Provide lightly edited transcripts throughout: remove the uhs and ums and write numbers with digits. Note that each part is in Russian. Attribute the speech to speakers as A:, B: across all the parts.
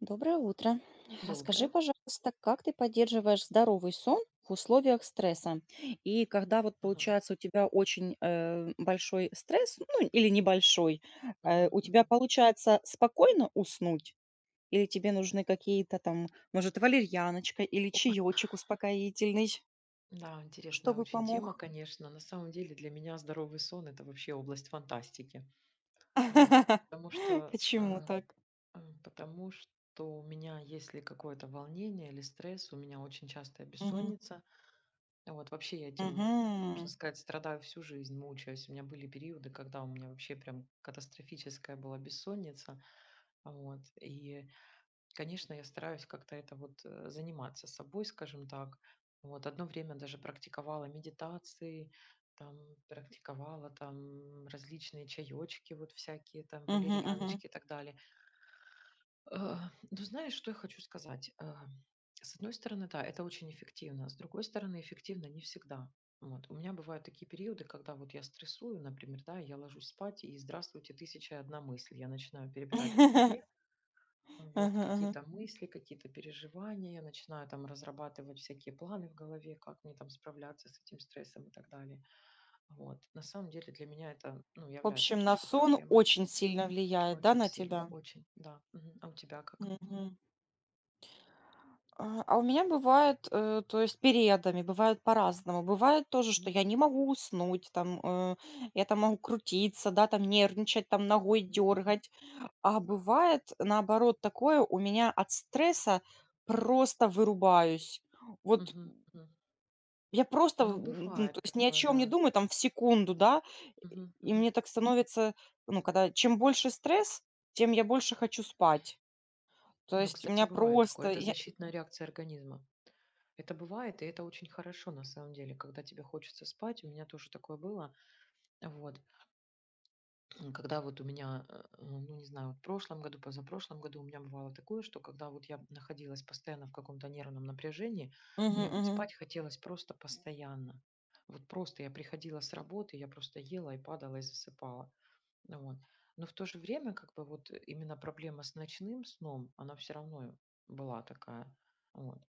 A: Доброе утро. Расскажи,
B: Доброе.
A: пожалуйста, как ты поддерживаешь здоровый сон в условиях стресса? И когда вот
B: Ага.
A: получается у тебя очень большой стресс, ну или небольшой,
B: Мгм,
A: у тебя
B: мгм.
A: получается спокойно уснуть? Или тебе нужны какие-то там, может, валерьяночка или
B: Ой,
A: чаечек успокоительный,
B: да, интересная
A: чтобы
B: очень тема,
A: помог?
B: конечно. На самом деле для меня здоровый сон- это вообще область фантастики. А вот, потому что,
A: Почему
B: а,
A: так?
B: потому что у меня, если какое-то волнение или стресс, у меня очень частая
A: Мгм.
B: бессонница. А вот вообще я этим, можно
A: Мгм.
B: сказать, страдаю всю жизнь, мучаюсь. У меня были периоды, когда у меня вообще прям катастрофическая была бессонница. А вот. И конечно, я стараюсь как-то это вот заниматься собой, скажем так. Вот одно время даже практиковала медитации, там практиковала там различные чаечки, вот всякие там
A: Мгм, мгм.
B: валерьяночки и так далее. Ну, знаешь, что я хочу сказать? С одной стороны, да, это очень эффективно, а с другой стороны, эффективно не всегда. Вот. У меня бывают такие периоды, когда вот я стрессую, например, да, я ложусь спать, и здравствуйте, тысяча и одна мысль. Я начинаю перебирать в голове, вот
A: Ага, ага.
B: какие-то мысли, какие-то переживания, я начинаю там разрабатывать всякие планы в голове, как мне там справляться с этим стрессом и так далее. Вот. На самом деле для меня это, ну,
A: В
B: является
A: общем, на
B: большой
A: сон
B: проблемой.
A: очень сильно влияет, да,
B: Очень
A: на
B: сильно,
A: тебя?
B: очень, да. Мгм. А у тебя как?
A: Мгм. А у меня бывает, то есть периодами, бывает по-разному. Бывает тоже, что
B: М?
A: я не могу уснуть, там, я там могу крутиться, да, там нервничать, там ногой
B: М, мгм.
A: дергать. А бывает, наоборот, такое, у меня от стресса просто вырубаюсь. Вот
B: Мгм, мгм.
A: я просто,
B: Ну,
A: ну, то
B: бывает
A: есть ни о
B: такое,
A: чем не
B: да.
A: думаю, там, в секунду, да,
B: Мгм,
A: и
B: мгм.
A: мне так становится, ну, когда чем больше стресс, тем я больше хочу спать. То
B: Ну,
A: есть у
B: кстати,
A: меня
B: бывает такое.
A: просто
B: Это
A: я.
B: защитная реакция организма. Это бывает, и это очень хорошо на самом деле, когда тебе хочется спать. У меня тоже такое было. Вот. Когда вот у меня, ну, не знаю, вот в прошлом году, позапрошлом году у меня бывало такое, что когда вот я находилась постоянно в каком-то нервном напряжении,
A: Мгм,
B: мне вот
A: мгм,
B: спать хотелось просто постоянно. Вот просто я приходила с работы, я просто ела и падала и засыпала. Ну вот. Но в то же время, как бы, вот именно проблема с ночным сном, она все равно была такая. Вот.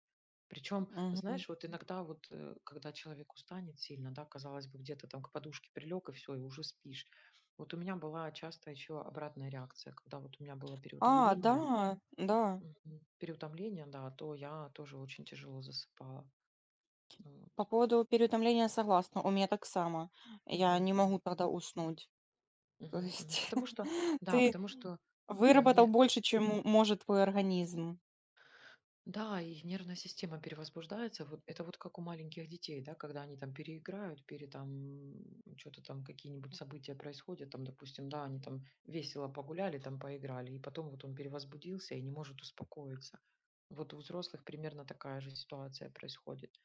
B: Причем,
A: мгм.
B: знаешь, вот иногда вот, когда человек устанет сильно, да, казалось бы, где-то там к подушке прилег и все и уже спишь. Вот у меня была часто еще обратная реакция, когда вот у меня было
A: А, да,
B: переутомление.
A: да.
B: Мгм. Переутомление, да, то я тоже очень тяжело засыпала.
A: По
B: Вот.
A: поводу переутомления согласна. У меня так само. Я
B: Мгм,
A: не могу
B: мгм,
A: тогда уснуть. То
B: мгм, мгм.
A: есть
B: Потому что, да,
A: ты
B: потому что, э,
A: выработал
B: не
A: больше, чем может твой организм.
B: Да, и нервная система перевозбуждается. Вот это вот как у маленьких детей, да, когда они там переиграют, пере там что-то там какие-нибудь события происходят, там, допустим, да, они там весело погуляли, там поиграли, и потом вот он перевозбудился и не может успокоиться. Вот у взрослых примерно такая же ситуация происходит.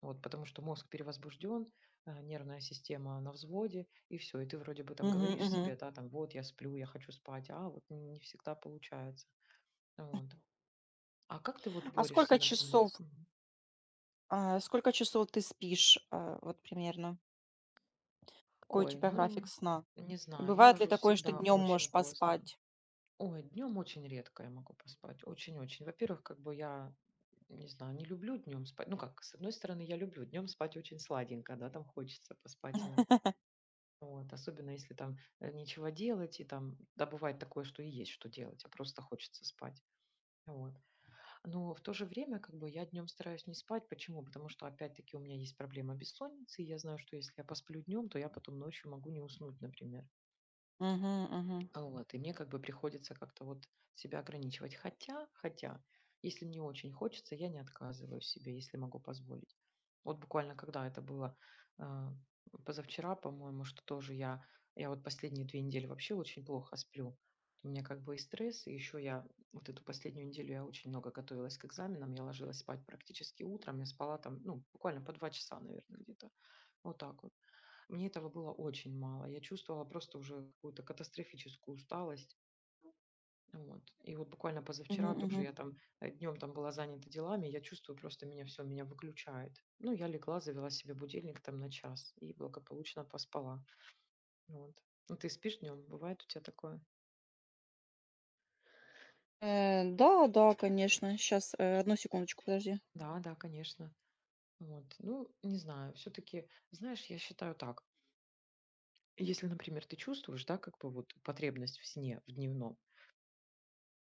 B: Вот, потому что мозг перевозбужден, нервная система на взводе, и все. И ты вроде бы там
A: Мгм,
B: говоришь
A: мгм.
B: себе, да, там, вот я сплю, я хочу спать, а вот не всегда получается. Вот. А как ты вот
A: А сколько
B: борешься, например?
A: часов,
B: Мгм.
A: сколько часов ты спишь, вот примерно? Какой у
B: Ой,
A: тебя график
B: ну,
A: сна?
B: не
A: И
B: знаю, я
A: бывает ли
B: ложусь
A: такое, что
B: всегда
A: днем можешь
B: очень поздно.
A: поспать?
B: Ой, днем очень редко я могу поспать, очень-очень. Во-первых, как бы я, не знаю, не люблю днем спать. Ну как, с одной стороны, я люблю днем спать очень сладенько, да, там хочется поспать иногда. Вот, особенно если там нечего делать, и там, да, бывает такое, что и есть что делать, а просто хочется спать. Вот. Но в то же время как бы я днем стараюсь не спать. Почему? Потому что опять-таки у меня есть проблема бессонницы, и я знаю, что если я посплю днем, то я потом ночью могу не уснуть, например.
A: Мгм, мгм.
B: А вот, и мне как бы приходится как-то вот себя ограничивать. Хотя, если мне очень хочется, я не отказываю себе, если могу позволить. Вот буквально когда это было а, позавчера, по-моему, что тоже я, вот последние 2 недели вообще очень плохо сплю. У меня как бы и стресс, и еще я вот эту последнюю неделю я очень много готовилась к экзаменам, я ложилась спать практически утром, я спала там, ну, буквально по 2 часа, наверное, где-то. Вот так вот. Мне этого было очень мало. Я чувствовала просто уже какую-то катастрофическую усталость. Вот. И вот буквально позавчера
A: Мгм,
B: тоже
A: мгм.
B: я там днем там была занята делами, я чувствую просто меня все, меня выключает. Ну, я легла, завела себе будильник там на час и благополучно поспала. Вот. Ну, ты спишь днем? Бывает у тебя такое?
A: Да, да, конечно. Сейчас, одну секундочку, подожди.
B: Да, да, конечно. Вот. Ну, не знаю, все-таки, знаешь, я считаю так. Если, например, ты чувствуешь, да, как бы вот потребность в сне, в дневном,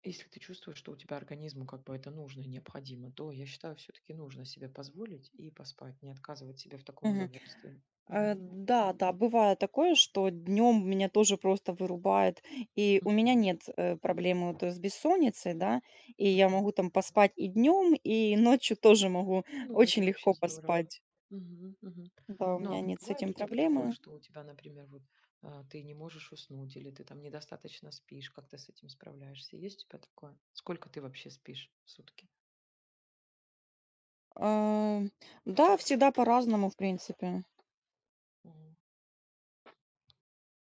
B: если ты чувствуешь, что у тебя организму как бы это нужно и необходимо, то, я считаю, все-таки нужно себе позволить и поспать, не отказывать себе в таком
A: Мгм.
B: удовольствии. Мгм.
A: Да, да, бывает такое, что днем меня тоже просто вырубает. И у меня
B: Мгм.
A: нет, проблемы вот с бессонницей, да. И я
B: Мгм.
A: могу там поспать и днем, и ночью тоже могу
B: Ну, это
A: очень
B: вообще
A: легко
B: здорово.
A: поспать.
B: Мгм. Мгм.
A: Да, у
B: Ну, а
A: меня
B: вот
A: нет с
B: бывает
A: этим
B: у тебя такое,
A: проблемы.
B: что у тебя, например, вот ты не можешь уснуть или ты там недостаточно спишь, как ты с этим справляешься? Есть у тебя такое? Сколько ты вообще спишь в сутки?
A: А, да, всегда по-разному, в принципе.
B: Мгм.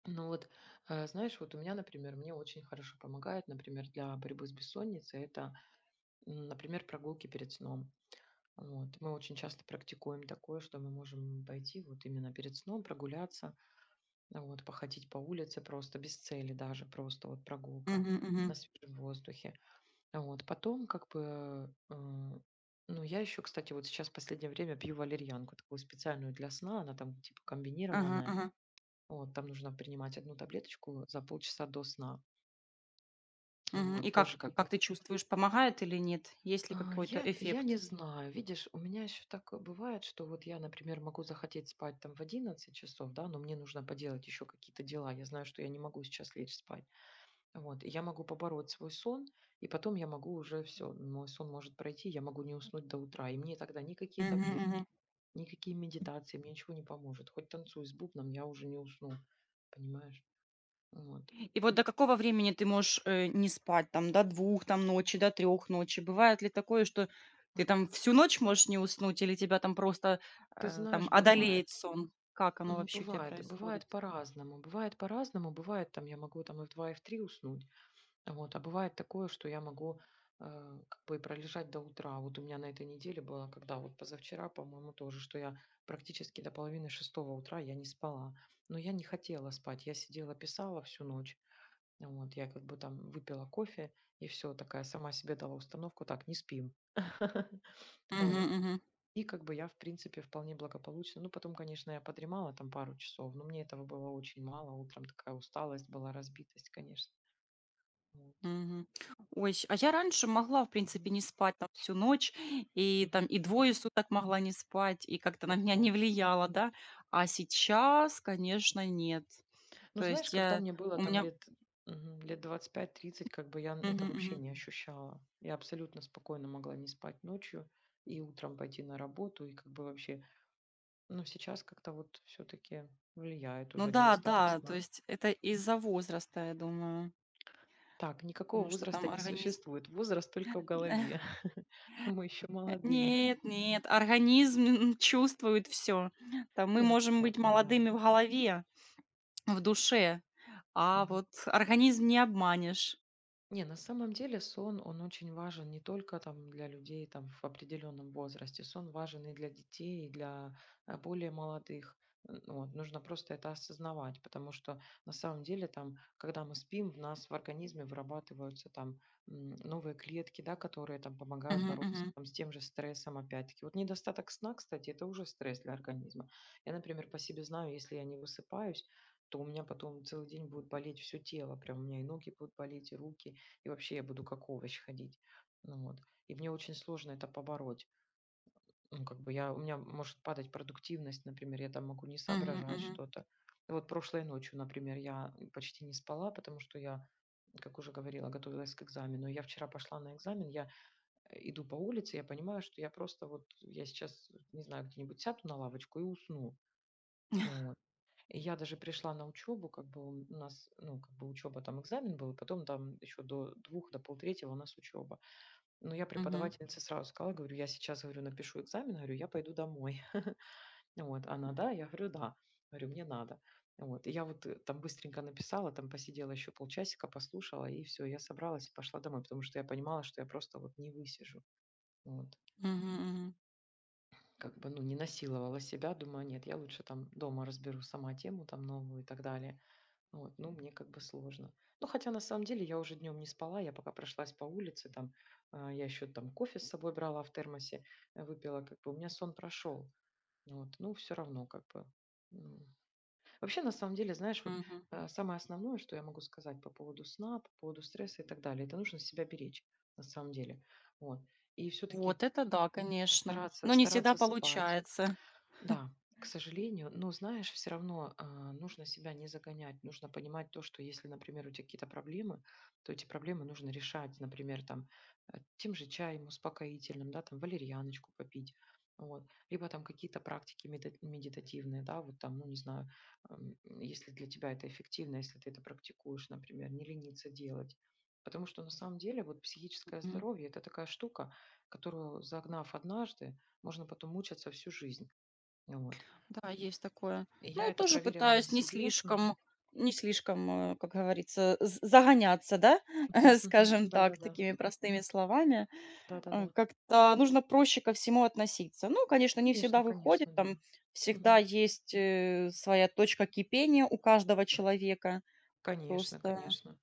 B: Ну вот, знаешь, вот у меня, например, мне очень хорошо помогает, например, для борьбы с бессонницей, это например, прогулки перед сном. Вот. Мы очень часто практикуем такое, что мы можем пойти вот именно перед сном прогуляться, вот, походить по улице просто без цели даже, просто вот прогулка
A: Мгм, мгм.
B: на свежем воздухе. А вот. Потом как бы, ну, я еще, кстати, вот сейчас в последнее время пью валерьянку, такую специальную для сна, она там типа
A: Ага,
B: комбинированная.
A: ага.
B: Вот, там нужно принимать одну таблеточку за полчаса до сна.
A: Мгм. И
B: Вот,
A: как
B: тоже как
A: как
B: бы.
A: ты чувствуешь, помогает или нет? Есть ли какой-то
B: Я не
A: эффект?
B: знаю. Видишь, у меня еще так бывает, что вот я, например, могу захотеть спать там в 11 часов, да, но мне нужно поделать еще какие-то дела. Я знаю, что я не могу сейчас лечь спать. Вот, и я могу побороть свой сон, и потом я могу уже все, мой сон может пройти, я могу не уснуть до утра. И мне тогда никакие
A: Мгм,
B: таблетки,
A: мгм.
B: никакие медитации, мне ничего не поможет. Хоть танцуй с бубном, я уже не усну, понимаешь? Вот.
A: И вот до какого времени ты можешь, не спать там? До двух там ночи, до трех ночи? Бывает ли такое, что ты там всю ночь можешь не уснуть или тебя там просто,
B: Ты
A: там
B: знаешь,
A: одолеет
B: бывает.
A: сон? Как оно
B: Ну,
A: вообще у тебя
B: бывает,
A: происходит?
B: бывает по-разному. Бывает по-разному. Бывает, там я могу там и в 2 и в 3 уснуть. Вот, а бывает такое, что я могу, как бы и пролежать до утра. Вот у меня на этой неделе было, когда вот позавчера, по-моему, тоже, что я практически до половины шестого утра я не спала. Но я не хотела спать. Я сидела, писала всю ночь. Вот, я как бы там выпила кофе и все, такая сама себе дала установку, так, не спим.
A: Мгм,
B: Вот.
A: мгм,
B: И как бы я, в принципе, вполне благополучно. Ну, потом, конечно, я подремала там пару часов, но мне этого было очень мало. Утром такая усталость была, разбитость, конечно. Вот.
A: мгм. Ой, щ а я раньше могла, в принципе,
B: Мгм.
A: не спать там всю ночь, и там
B: Мгм,
A: и
B: мгм.
A: двое суток могла не спать, и как-то на меня
B: Ого.
A: не влияло, да. А сейчас, конечно, нет.
B: Ну,
A: То
B: знаешь,
A: есть
B: когда
A: я
B: мне было
A: у
B: там
A: меня
B: лет пять-тридцать, как бы
A: мгм,
B: это вообще
A: мгм.
B: не ощущала. Я абсолютно спокойно могла не спать ночью и утром пойти на работу, и как бы вообще. Но сейчас как-то вот все-таки влияет
A: Ну
B: уже
A: да,
B: недостаток
A: да, то
B: сна.
A: есть это из-за возраста, я думаю.
B: Так, никакого
A: Потому что там
B: возраста не
A: организм
B: существует. Возраст только в голове. Мы еще молодые.
A: Нет, нет, организм чувствует все. Там мы
B: Не, ну
A: можем быть
B: понятно, да.
A: молодыми в голове, в душе, а вот организм не обманешь.
B: Не, на самом деле сон, он очень важен не только там для людей там в определенном возрасте. Сон важен и для детей, и для более молодых. Ну вот, нужно просто это осознавать, потому что на самом деле там, когда мы спим, в нас в организме вырабатываются там новые клетки, да, которые там помогают
A: Мгм,
B: бороться
A: мгм,
B: там, с тем же стрессом опять-таки. Вот недостаток сна, кстати, это уже стресс для организма. Я, например, по себе знаю, если я не высыпаюсь, то у меня потом целый день будет болеть все тело, прям у меня и ноги будут болеть, и руки, и вообще я буду как овощ ходить. Ну вот. И мне очень сложно это побороть. Ну, как бы я, у меня может падать продуктивность, например, я там могу не
A: мгм,
B: соображать
A: мгм,
B: что-то. Вот прошлой ночью, например, я почти не спала, потому что я, как уже говорила, готовилась к экзамену. Я вчера пошла на экзамен, я иду по улице, я понимаю, что я просто вот, я сейчас, не знаю, где-нибудь сяду на лавочку и усну. Ну вот. И я даже пришла на учебу, как бы у нас, ну, как бы учеба, там экзамен был, и потом там еще до двух, до полтретьего у нас учеба. Но я
A: мгм,
B: преподавательнице сразу сказала, говорю: "Я сейчас, говорю, напишу экзамен, говорю, я пойду домой". Вот, она: "Да?" Я говорю: "Да". Говорю: "Мне надо". Вот, и я вот, там быстренько написала, там посидела еще полчасика, послушала, и все, я собралась и пошла домой, потому что я понимала, что я просто вот не высижу. Вот,
A: мгм, мгм,
B: как бы, ну, не насиловала себя, думаю: "Нет, я лучше там дома разберу сама тему там новую и так далее". Вот, ну, мне как бы сложно. Ну, хотя на самом деле я уже днем не спала, я пока прошлась по улице, там, я еще там кофе с собой брала в термосе, выпила, как бы у меня сон прошел. Вот, ну, все равно как бы. м. Вообще, на самом деле, знаешь, вот
A: мгм.
B: самое основное, что я могу сказать по поводу сна, по поводу стресса и так далее, это нужно себя беречь, на самом деле. Вот. И все-таки
A: Вот это да, конечно,
B: стараться,
A: но не всегда
B: стараться спать,
A: получается.
B: да, к сожалению, но знаешь, все равно нужно себя не загонять, нужно понимать то, что если, например, у тебя какие-то проблемы, то эти проблемы нужно решать, например, там тем же чаем успокоительным, да, там валерьяночку попить, вот, либо там какие-то практики медитативные, да, вот там, ну не знаю, если для тебя это эффективно, если ты это практикуешь, например, не лениться делать. Потому что на самом деле вот психическое здоровье — это такая штука, которую, загнав однажды, можно потом мучаться всю жизнь. Вот.
A: Да, есть такое.
B: И
A: Ну
B: я
A: я
B: это
A: тоже
B: проверила на
A: пытаюсь не
B: себе. Мгм.
A: слишком не слишком, э, как говорится, з загоняться, да,
B: Мгм. Мгм.
A: скажем так,
B: Да-да-да.
A: такими простыми словами.
B: Да-да-да.
A: Как-то нужно проще ко всему относиться. Ну, конечно, не
B: Конечно,
A: всегда выходит,
B: конечно, да.
A: там всегда
B: Мгм.
A: есть, своя точка кипения у каждого человека.
B: Конечно,
A: Просто
B: конечно.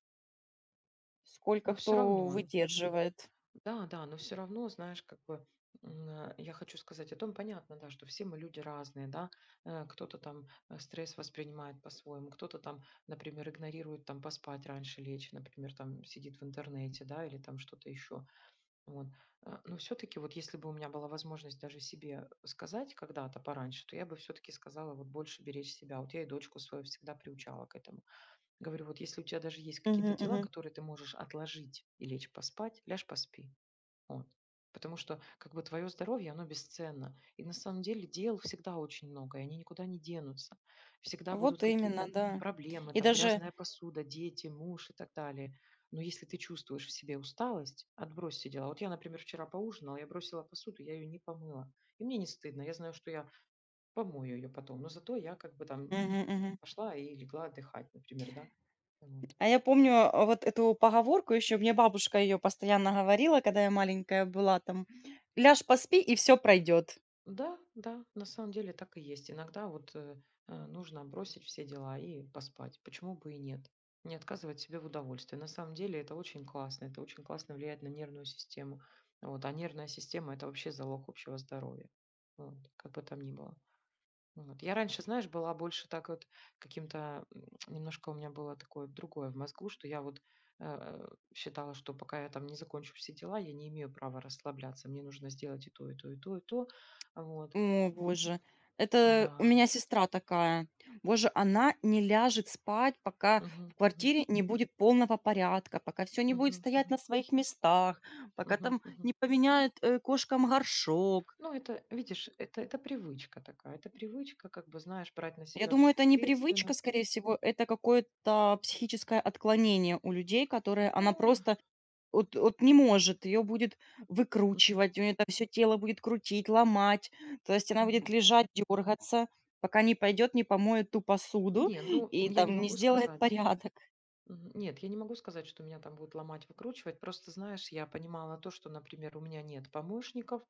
A: сколько
B: Но все
A: кто
B: равно.
A: выдерживает.
B: Да-да, но все равно, знаешь, как бы, я хочу сказать о том, понятно, да, что все мы люди разные, да. Кто-то там, стресс воспринимает по-своему, кто-то там, например, игнорирует там поспать раньше лечь, например, там сидит в интернете, да, или там что-то еще. Вот. Но все таки вот если бы у меня была возможность даже себе сказать когда-то пораньше, то я бы все таки сказала вот больше беречь себя. Вот я и дочку свою всегда приучала к этому. Говорю: "Вот если у тебя даже есть какие-то
A: Мгм,
B: дела,
A: мгм.
B: которые ты можешь отложить и лечь поспать, ляжь поспи". Вот. Потому что как бы твое здоровье, оно бесценно. И на самом деле дел всегда очень много, и они никуда не денутся. Всегда будут
A: Вот именно,
B: какие-то
A: да.
B: проблемы,
A: И
B: там
A: даже
B: грязная посуда, дети, муж и так далее. Но если ты чувствуешь в себе усталость, отбрось все дела. Вот я, например, вчера поужинала, я бросила посуду, я ее не помыла. И мне не стыдно, я знаю, что я помою ее потом. Но зато я как бы там
A: мгм, мгм.
B: пошла и легла отдыхать, например, да. Вот.
A: А я помню, вот эту поговорку еще, мне бабушка ее постоянно говорила, когда я маленькая была, там: "Ляж, поспи, и все пройдет".
B: Да, да, на самом деле так и есть. Иногда вот нужно бросить все дела и поспать. Почему бы и нет? Не отказывать себе в удовольствии. На самом деле это очень классно. Это очень классно влияет на нервную систему. Вот. А нервная система — это вообще залог общего здоровья. Вот. Как бы там ни было. Вот. Я раньше, знаешь, была больше так вот каким-то. Немножко у меня было такое другое в мозгу, что я вот э, считала, что пока я там не закончу все дела, я не имею права расслабляться. Мне нужно сделать и то, и то, и то, и то. Вот.
A: О, боже, это у
B: Да.
A: меня сестра такая. Боже, она не ляжет спать, пока в
B: Мгм, мгм,
A: квартире не будет полного порядка, пока все не будет
B: мгм,
A: стоять на
B: мгм,
A: своих местах, пока
B: мгм,
A: там
B: мгм.
A: не поменяют, кошкам горшок.
B: Ну, это, видишь, это привычка такая. Это привычка, как бы, знаешь, брать на
A: Я
B: себя
A: думаю,
B: всю
A: это не привычка,
B: ответственность.
A: скорее всего, это какое-то психическое отклонение у людей, которые она
B: Ну,
A: просто Вот не может, ее будет
B: мгм,
A: выкручивать, у нее там все тело будет крутить, ломать. То есть она будет
B: мгм, мгм.
A: лежать, дергаться, пока не пойдет, не помоет ту посуду
B: Не, ну,
A: и
B: я не
A: там не
B: могу
A: сделает
B: сказать.
A: порядок.
B: Мгм. Нет, я не могу сказать, что меня там будут ломать, выкручивать. Просто, знаешь, я понимала то, что, например, у меня нет помощников,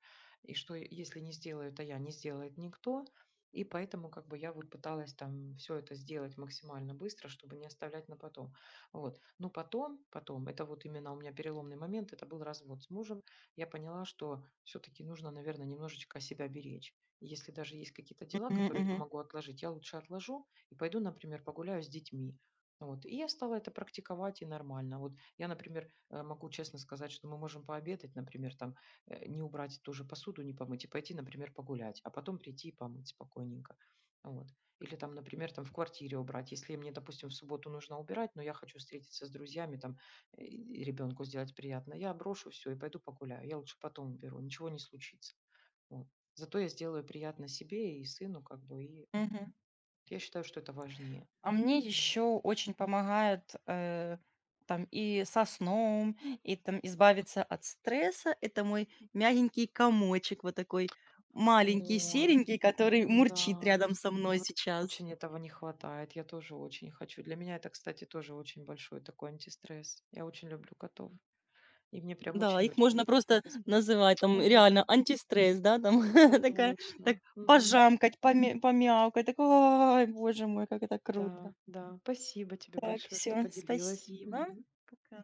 B: и что если не сделаю, то я не сделает никто. И поэтому как бы я вот пыталась там все это сделать максимально быстро, чтобы не оставлять на потом. Вот. Но потом, это вот именно у меня переломный момент, это был развод с мужем. Я поняла, что все-таки нужно, наверное, немножечко себя беречь. Если даже есть какие-то дела,
A: Мгм,
B: которые я
A: мгм,
B: могу отложить, я лучше отложу и пойду, например, погуляю с детьми. Вот. И я стала это практиковать, и нормально. Вот я, например, могу честно сказать, что мы можем пообедать, например, там, не убрать ту же посуду, не помыть, и пойти, например, погулять, а потом прийти и помыть спокойненько. Вот. Или там, например, там в квартире убрать. Если мне, допустим, в субботу нужно убирать, но я хочу встретиться с друзьями, там, ребенку сделать приятно, я брошу все и пойду погуляю. Я лучше потом уберу, ничего не случится. Вот. Зато я сделаю приятно себе и сыну, как бы, и
A: мгм.
B: я считаю, что это важнее.
A: А мне
B: М.
A: еще очень помогает, там и со сном, и там избавиться от стресса. Это мой мягенький комочек, вот такой маленький,
B: Ой.
A: серенький, который мурчит
B: Да,
A: рядом со мной
B: вот
A: сейчас.
B: очень этого не хватает. Я тоже очень хочу. Для меня это, кстати, тоже очень большой такой антистресс. Я очень люблю котов. И мне прям
A: Да, их
B: очень-очень
A: можно просто
B: интересно.
A: называть там реально
B: М.
A: антистресс, да, там
B: Это
A: такая, так
B: точно. Мгм.
A: пожамкать, помяукать, так: "Ой, боже мой, как это круто".
B: Да, да. Спасибо тебе
A: Так,
B: большое, что
A: все,
B: поделилась.
A: спасибо.
B: Мгм.
A: Пока.